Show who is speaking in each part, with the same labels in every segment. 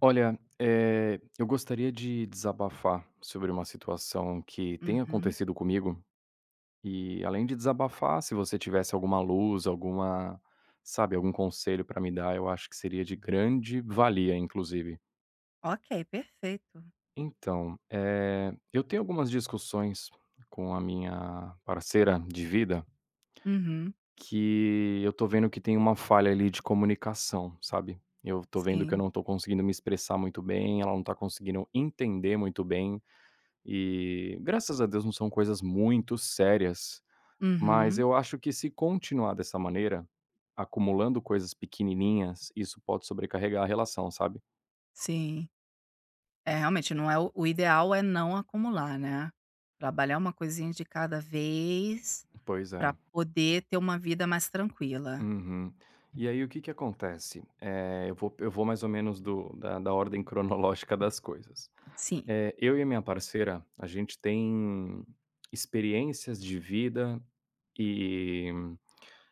Speaker 1: Olha, eu gostaria de desabafar sobre uma situação que tem
Speaker 2: Uhum.
Speaker 1: acontecido comigo e além de desabafar, se você tivesse alguma luz, alguma, sabe, algum conselho para me dar, eu acho que seria de grande valia, inclusive.
Speaker 2: Ok, perfeito.
Speaker 1: Então, eu tenho algumas discussões com a minha parceira de vida
Speaker 2: Uhum.
Speaker 1: que eu tô vendo que tem uma falha ali de comunicação, sabe? Eu tô vendo que eu
Speaker 2: Sim.
Speaker 1: não tô conseguindo me expressar muito bem, ela não tá conseguindo entender muito bem. E graças a Deus não são coisas muito sérias, mas
Speaker 2: Uhum.
Speaker 1: eu acho que se continuar dessa maneira, acumulando coisas pequenininhas, isso pode sobrecarregar a relação, sabe?
Speaker 2: Sim. É, realmente não é o ideal é não acumular, né. Trabalhar uma coisinha de cada vez
Speaker 1: Pois
Speaker 2: para
Speaker 1: é.
Speaker 2: poder ter uma vida mais tranquila.
Speaker 1: Uhum. E aí o que que acontece? Eu vou mais ou menos da ordem cronológica das coisas.
Speaker 2: Sim.
Speaker 1: Eu e a minha parceira, a gente tem experiências de vida e,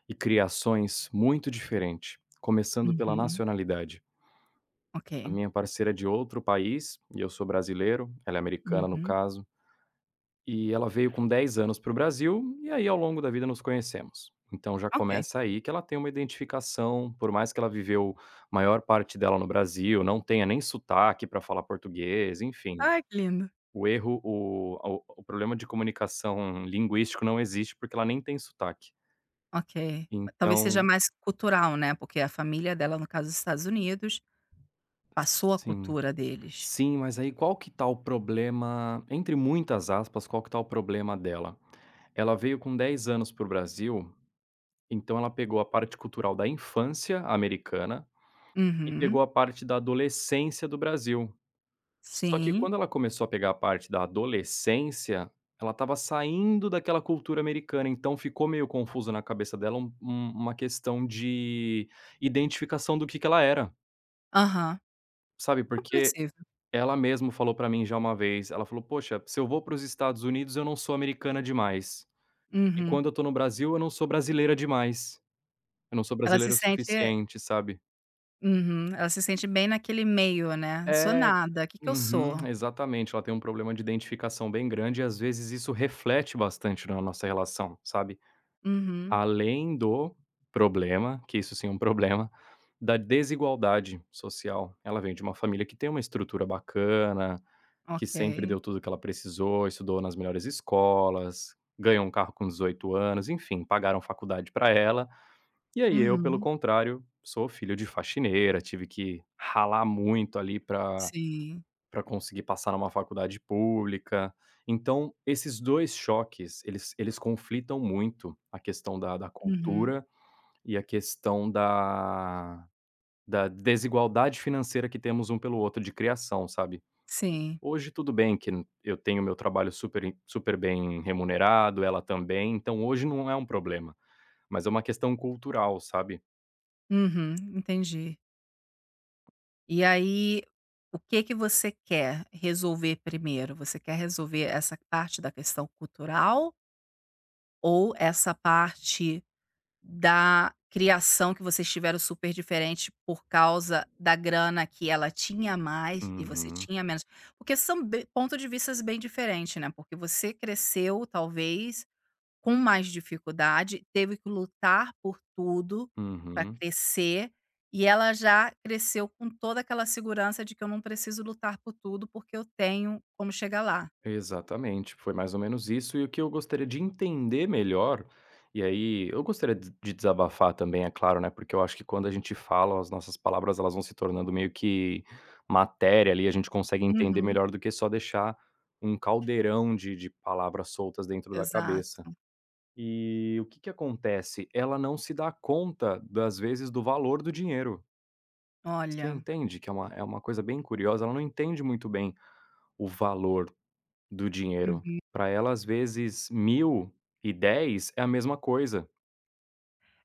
Speaker 1: e criações muito diferentes, começando pela
Speaker 2: Uhum.
Speaker 1: nacionalidade.
Speaker 2: Ok.
Speaker 1: A minha parceira é de outro país, e eu sou brasileiro, ela é americana no
Speaker 2: Uhum.
Speaker 1: caso, e ela veio com 10 anos para o Brasil, e aí ao longo da vida nos conhecemos. Então já
Speaker 2: Ok.
Speaker 1: começa aí que ela tem uma identificação, por mais que ela viveu a maior parte dela no Brasil, não tenha nem sotaque para falar português, enfim.
Speaker 2: Ai, que lindo.
Speaker 1: O erro, o problema de comunicação linguístico não existe porque ela nem tem sotaque.
Speaker 2: Ok. Talvez seja
Speaker 1: Então,
Speaker 2: mais cultural, né, porque a família dela, no caso dos Estados Unidos, passou a
Speaker 1: sim.
Speaker 2: cultura deles.
Speaker 1: Sim, mas aí qual que tá o problema, entre muitas aspas, qual que tá o problema dela? Ela veio com 10 anos para o Brasil, então ela pegou a parte cultural da infância americana e pegou
Speaker 2: Uhum.
Speaker 1: a parte da adolescência do Brasil. Só que
Speaker 2: Sim.
Speaker 1: quando ela começou a pegar a parte da adolescência, ela estava saindo daquela cultura americana, então ficou meio confuso na cabeça dela uma questão de identificação do que ela era,
Speaker 2: Aham.
Speaker 1: sabe,
Speaker 2: É
Speaker 1: porque
Speaker 2: compreensível.
Speaker 1: ela mesma falou pra mim já uma vez, ela falou: "Poxa, se eu vou para os Estados Unidos eu não sou americana demais, e
Speaker 2: Uhum.
Speaker 1: quando eu estou no Brasil eu não sou brasileira demais". Eu não sou
Speaker 2: Ela se
Speaker 1: brasileiro o
Speaker 2: sente
Speaker 1: suficiente, sabe.
Speaker 2: uhum, ela se sente bem naquele meio, né. "Sou
Speaker 1: É.
Speaker 2: nada, o que que eu
Speaker 1: Uhum,
Speaker 2: sou?".
Speaker 1: exatamente, ela tem um problema de identificação bem grande e às vezes isso reflete bastante na nossa relação, sabe.
Speaker 2: Uhum,
Speaker 1: Além do problema, que isso sim é um problema, da desigualdade social. Ela vem de uma família que tem uma estrutura bacana, que sempre
Speaker 2: ok.
Speaker 1: deu tudo o que ela precisou, estudou nas melhores escolas, ganhou um carro com 18 anos, enfim, pagaram faculdade para ela. E aí eu, pelo
Speaker 2: Uhum,
Speaker 1: contrário, sou filho de faxineira, tive que ralar muito ali
Speaker 2: sim.
Speaker 1: para conseguir passar numa faculdade pública. Então, esses 2 choques, eles conflitam muito, a questão da
Speaker 2: Uhum,
Speaker 1: cultura e a questão da desigualdade financeira que temos um pelo outro de criação, sabe.
Speaker 2: sim.
Speaker 1: Hoje tudo bem que n eu tenho meu trabalho super bem remunerado, ela também, então hoje não é um problema, mas é uma questão cultural, sabe.
Speaker 2: Uhum, entendi. E aí, o que que você quer resolver primeiro? Você quer resolver essa parte da questão cultural ou essa parte da criação que vocês tiveram super diferente por causa da grana que ela tinha mais e você
Speaker 1: Uhum.
Speaker 2: tinha menos. Porque são be ponto de vistas bem diferentes, né, porque você cresceu talvez com mais dificuldade, teve que lutar por tudo para
Speaker 1: Uhum,
Speaker 2: crescer, e ela já cresceu com toda aquela segurança de que eu não preciso lutar por tudo, porque eu tenho como chegar lá.
Speaker 1: exatamente, foi mais ou menos isso. E o que eu gostaria de entender melhor, e aí eu gostaria de desabafar também, é claro, né, porque eu acho que quando a gente fala, as nossas palavras elas vão se tornando meio que matéria ali, a gente consegue entender
Speaker 2: Uhum,
Speaker 1: melhor do que só deixar um caldeirão de palavras soltas dentro da cabeça.
Speaker 2: exato.
Speaker 1: E o que que acontece? Ela não se dá conta, das vezes, do valor do dinheiro. Você
Speaker 2: Olha.
Speaker 1: entende que é uma coisa bem curiosa, ela não entende muito bem o valor do dinheiro.
Speaker 2: Uhum.
Speaker 1: Para ela, às vezes, 1000 e 10 é a mesma coisa.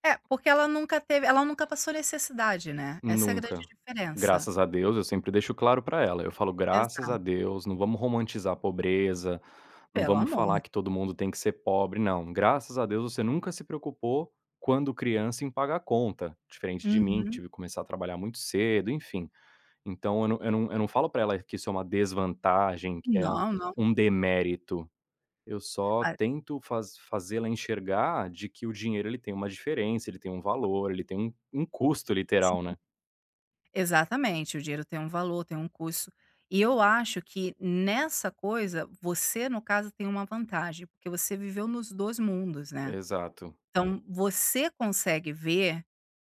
Speaker 2: É, porque ela nunca teve ela nunca passou necessidade, né, essa é a grande
Speaker 1: Nunca.
Speaker 2: diferença.
Speaker 1: Graças a Deus, eu sempre deixo claro para ela. Eu falo: "Graças a
Speaker 2: Exato.
Speaker 1: Deus, não vamos romantizar a pobreza, não
Speaker 2: Pelo
Speaker 1: vamos
Speaker 2: amor.
Speaker 1: falar que todo mundo tem que ser pobre, não. Graças a Deus, você nunca se preocupou, quando criança, em pagar a conta, diferente de mim, que
Speaker 2: Uhum.
Speaker 1: tive que começar a trabalhar muito cedo", enfim. Então eu não falo para ela que isso é uma desvantagem, que é
Speaker 2: Não, não.
Speaker 1: um demérito. Eu só
Speaker 2: Ah,
Speaker 1: tento fazê-la enxergar de que o dinheiro ele tem uma diferença, ele tem um valor, ele tem um custo
Speaker 2: sim.
Speaker 1: literal, né.
Speaker 2: Exatamente, o dinheiro tem um valor, tem um custo. E eu acho que nessa coisa, você, no caso, tem uma vantagem, porque você viveu nos 2 mundos, né.
Speaker 1: Exato.
Speaker 2: Então, você consegue ver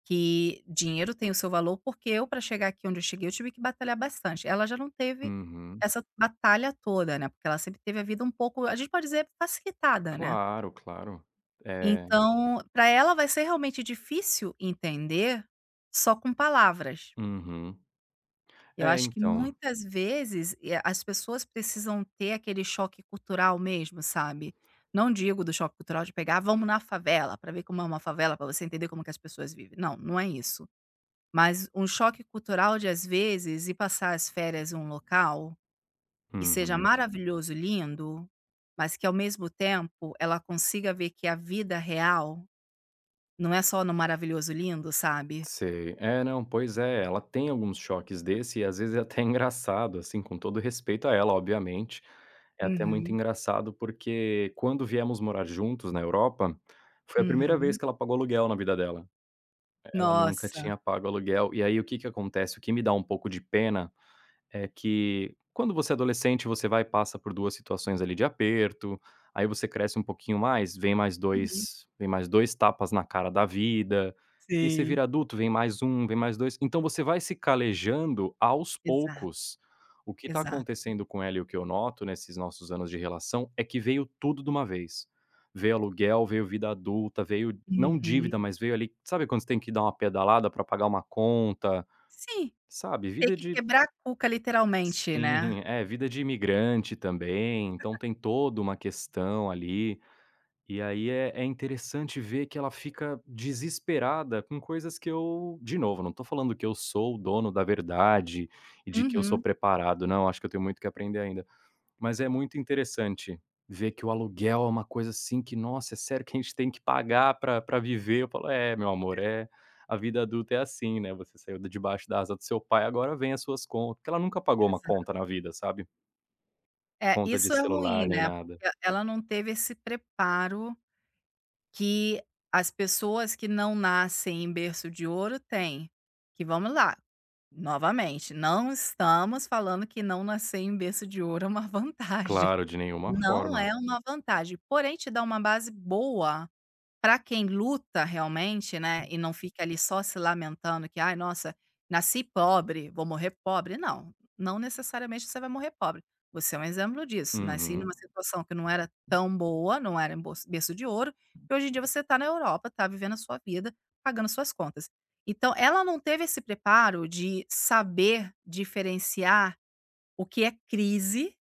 Speaker 2: que dinheiro tem o seu valor, porque eu para chegar aqui onde eu cheguei, eu tive que batalhar bastante. Ela já não teve
Speaker 1: Uhum.
Speaker 2: essa batalha toda, né, porque ela sempre teve a vida um pouco, a gente pode dizer, facilitada, né.
Speaker 1: Claro, claro. É.
Speaker 2: Então, para ela vai ser realmente difícil entender só com palavras.
Speaker 1: Uhum.
Speaker 2: Eu
Speaker 1: É,
Speaker 2: acho que
Speaker 1: então.
Speaker 2: muitas vezes, as pessoas precisam ter aquele choque cultural mesmo, sabe. Não digo do choque cultural de pegar: "Vamos na favela para ver como é uma favela, para você entender como que as pessoas vivem". Não, não é isso. Mas um choque cultural de, às vezes, ir passar as férias em um local que seja
Speaker 1: Uhum.
Speaker 2: maravilhoso, lindo, mas que ao mesmo tempo ela consiga ver que a vida real não é só no maravilhoso, lindo, sabe.
Speaker 1: Sei. É, não, pois é, ela tem alguns choques desse e às vezes é até engraçado, assim, com todo respeito a ela, obviamente, é até muito
Speaker 2: Uhum,
Speaker 1: engraçado, porque quando viemos morar juntos na Europa, foi a primeira vez
Speaker 2: uhum.
Speaker 1: que ela pagou aluguel na vida dela. Ela nunca
Speaker 2: Nossa.
Speaker 1: tinha pago aluguel. E aí o que que acontece? O que me dá um pouco de pena, é que quando você é adolescente, você vai e passa por 2 situações ali de aperto, aí você cresce um pouquinho mais,
Speaker 2: Uhum.
Speaker 1: vem mais 2 tapas na cara da vida, e aí você
Speaker 2: Sim,
Speaker 1: vira adulto, vem mais dois, então você vai se calejando aos
Speaker 2: exato.
Speaker 1: poucos. O que está
Speaker 2: Exato.
Speaker 1: acontecendo com ela e o que eu noto nesses nossos anos de relação é que veio tudo de uma vez. Veio aluguel, veio vida adulta, veio não
Speaker 2: Uhum.
Speaker 1: dívida, mas veio ali, sabe quando você tem que dar uma pedalada para pagar uma conta,
Speaker 2: Sim,
Speaker 1: sabe,
Speaker 2: ter
Speaker 1: vida
Speaker 2: que
Speaker 1: de...
Speaker 2: quebrar a cuca literalmente, né.
Speaker 1: Sim, é vida de imigrante também, então tem toda uma questão ali. E aí é interessante ver que ela fica desesperada com coisas que eu, de novo, não estou falando que eu sou o dono da verdade e de que eu sou
Speaker 2: Uhum.
Speaker 1: preparado, não, acho que eu tenho muito que aprender ainda. Mas é muito interessante ver que o aluguel é uma coisa, assim, que: "Nossa, é sério que a gente tem que pagar pra viver?" Eu falo: "É, meu amor, é a vida adulta é assim, né, você saiu de debaixo da asa do seu pai, agora vem as suas contas", porque ela nunca pagou uma
Speaker 2: Exa
Speaker 1: conta na vida, sabe.
Speaker 2: é,
Speaker 1: Conta de
Speaker 2: isso é ruim,
Speaker 1: celular nem
Speaker 2: né,
Speaker 1: nada.
Speaker 2: porque ela não teve esse preparo que as pessoas que não nascem em berço de ouro têm. Que vamos lá, novamente, não estamos falando que não nascer em berço de ouro é uma vantagem.
Speaker 1: Claro, de nenhuma
Speaker 2: Não é
Speaker 1: forma.
Speaker 2: uma vantagem, porém te dá uma base boa para quem luta realmente, né, e não fica ali só se lamentando que: "Ai, nossa, nasci pobre, vou morrer pobre". Não, não necessariamente você vai morrer pobre. Você é um exemplo disso. Nasci
Speaker 1: Uhum,
Speaker 2: numa situação que não era tão boa, não era em bolso berço de ouro, e hoje em dia você está na Europa, tá vivendo a sua vida, pagando suas contas. Então ela não teve esse preparo de saber diferenciar o que é crise,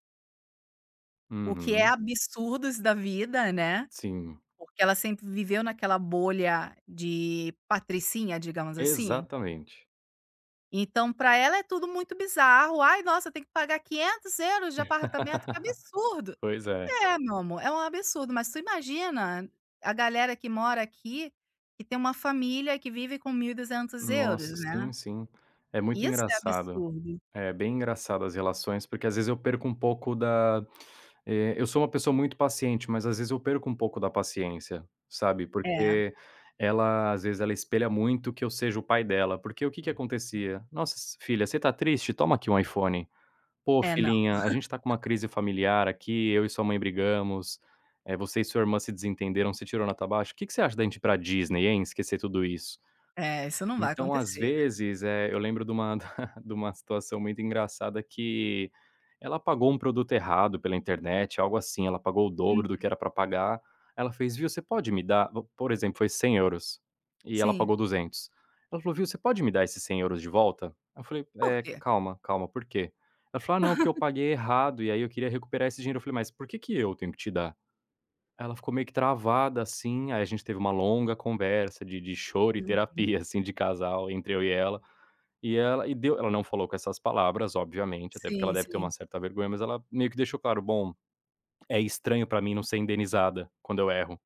Speaker 2: o que é
Speaker 1: uhum,
Speaker 2: absurdos da vida, né,
Speaker 1: sim,
Speaker 2: porque ela sempre viveu naquela bolha de patricinha, digamos assim.
Speaker 1: exatamente.
Speaker 2: Então para ela é tudo muito bizarro. "Ai, nossa, tem que pagar 500 euros de apartamento, que absurdo".
Speaker 1: Pois é.
Speaker 2: É, meu amor, é um absurdo, mas tu imagina a galera que mora aqui, que tem uma família que vive com 1.200 euros,
Speaker 1: Nossa,
Speaker 2: né.
Speaker 1: sim, sim. É muito
Speaker 2: Isso é
Speaker 1: engraçado.
Speaker 2: absurdo.
Speaker 1: É bem engraçado as relações, porque às vezes eu perco um pouco da... eu sou uma pessoa muito paciente, mas às vezes eu perco um pouco da paciência, sabe,
Speaker 2: É,
Speaker 1: porque ela, às vezes, ela espelha muito que eu seja o pai dela, porque o que que acontecia: "Nossa, s filha, você tá triste? Toma aqui um iPhone. Pô,
Speaker 2: é não,
Speaker 1: filhinha, a gente tá com uma crise familiar aqui, eu e sua mãe brigamos, você e sua irmã se desentenderam, você tirou na nota. O que que você acha da gente ir pra Disney, hein, esquecer tudo isso?"
Speaker 2: é, isso não vai
Speaker 1: Então, às
Speaker 2: acontecer, né.
Speaker 1: vezes, eu lembro de uma de uma situação muito engraçada, que ela pagou um produto errado pela internet, algo assim, ela pagou o
Speaker 2: Hum,
Speaker 1: dobro do que era para pagar. Ela fez: "Viu, você pode me dar", por exemplo, foi €100 e ela
Speaker 2: sim.
Speaker 1: pagou 200. Ela falou: "Viu, você pode me dar esses €100 de volta?" Eu falei:
Speaker 2: Por
Speaker 1: "Eh,
Speaker 2: quê?
Speaker 1: calma, calma, por quê?" Ela falou: "Ah, não, porque eu paguei errado e aí eu queria recuperar esse dinheiro". Eu falei: "Mas por que que eu tenho que te dar?" Ela ficou meio que travada, assim, aí a gente teve uma longa conversa de choro e
Speaker 2: Uhum.
Speaker 1: terapia, assim, de casal entre eu e ela, e ela e deu ela não falou com essas palavras, obviamente, até porque ela
Speaker 2: Sim,
Speaker 1: deve ter uma
Speaker 2: sim.
Speaker 1: certa vergonha, mas ela meio que deixou claro: "Bom, é estranho pra mim não ser indenizada quando eu erro.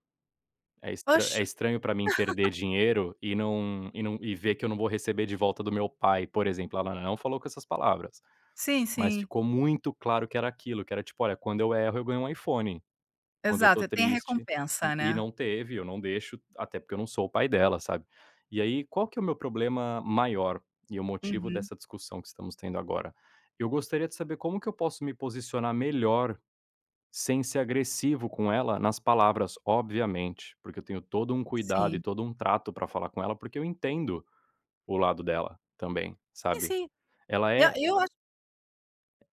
Speaker 1: É estra
Speaker 2: Oxe.
Speaker 1: é estranho pra mim perder dinheiro e não ver que eu não vou receber de volta do meu pai", por exemplo. Ela não falou com essas palavras,
Speaker 2: Sim,
Speaker 1: mas
Speaker 2: sim.
Speaker 1: ficou muito claro que era aquilo, que era tipo: "Olha, quando eu erro, eu ganho um iPhone. Quando eu tô
Speaker 2: Exato, tem a
Speaker 1: triste..."
Speaker 2: recompensa,
Speaker 1: E
Speaker 2: né.
Speaker 1: não teve, eu não deixo, até porque eu não sou o pai dela, sabe. E aí, qual que é o meu problema maior, e o motivo
Speaker 2: Uhum,
Speaker 1: dessa discussão que estamos tendo agora? Eu gostaria de saber como que eu posso me posicionar melhor, sem ser agressivo com ela nas palavras, obviamente, porque eu tenho todo um cuidado e
Speaker 2: sim.
Speaker 1: todo um trato pra falar com ela, porque eu entendo o lado dela também,
Speaker 2: Sim,
Speaker 1: sabe.
Speaker 2: sim.
Speaker 1: Ela
Speaker 2: Eu
Speaker 1: é
Speaker 2: eu acho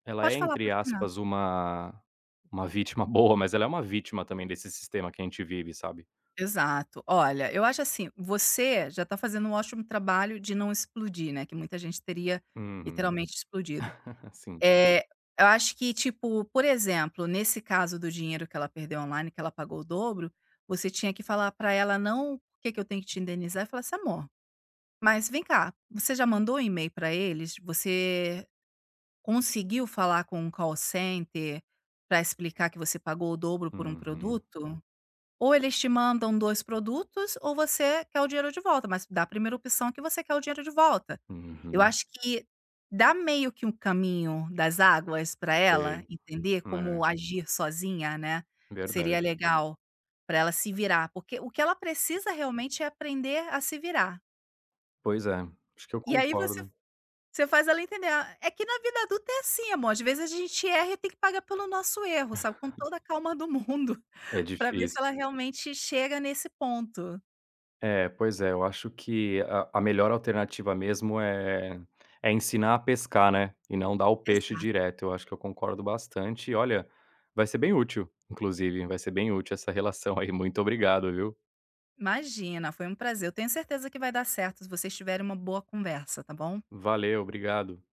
Speaker 1: ela é,
Speaker 2: pode falar,
Speaker 1: entre
Speaker 2: pode terminar.
Speaker 1: aspas, uma vítima boa, mas ela é uma vítima também desse sistema que a gente vive, sabe.
Speaker 2: Exato. Olha, eu acho assim, você já tá fazendo um ótimo trabalho de não explodir, né, que muita gente teria
Speaker 1: Uhum.
Speaker 2: literalmente explodido.
Speaker 1: Sim.
Speaker 2: Eh, eu acho que, tipo, por exemplo, nesse caso do dinheiro que ela perdeu online, que ela pagou o dobro, você tinha que falar pra ela não: "Por que que eu tenho que te indenizar?", e falar assim: "Amor, mas vem cá, você já mandou um e-mail pra eles? Você conseguiu falar com um call center pra explicar que você pagou o dobro por um
Speaker 1: Uhum.
Speaker 2: produto? Ou eles te mandam 2 produtos ou você quer o dinheiro de volta, mas dá a primeira opção que você quer o dinheiro de volta. Eu
Speaker 1: Uhum.
Speaker 2: acho que dá meio que um caminho das águas para ela
Speaker 1: Sei.
Speaker 2: entender como
Speaker 1: É,
Speaker 2: agir sozinha, né,
Speaker 1: verdade.
Speaker 2: seria legal para ela se virar, porque o que ela precisa realmente é aprender a se virar.
Speaker 1: Pois é, acho que eu
Speaker 2: E aí você
Speaker 1: concordo.
Speaker 2: você faz ela entender. Ah, é que na vida adulta é assim, amor, às vezes a gente erra e tem que pagar pelo nosso erro, sabe, com toda a calma do mundo,
Speaker 1: É
Speaker 2: para ver se
Speaker 1: difícil.
Speaker 2: ela realmente chega nesse ponto.
Speaker 1: É, pois é, eu acho que a melhor alternativa mesmo é ensinar a pescar, né, e não dar o peixe
Speaker 2: Exato.
Speaker 1: direto. Eu acho que eu concordo bastante e olha, vai ser bem útil, inclusive, vai ser bem útil essa relação aí. Muito obrigado, viu.
Speaker 2: Imagina, foi um prazer. Eu tenho certeza que vai dar certo se vocês tiverem uma boa conversa, tá bom?
Speaker 1: Valeu, obrigado.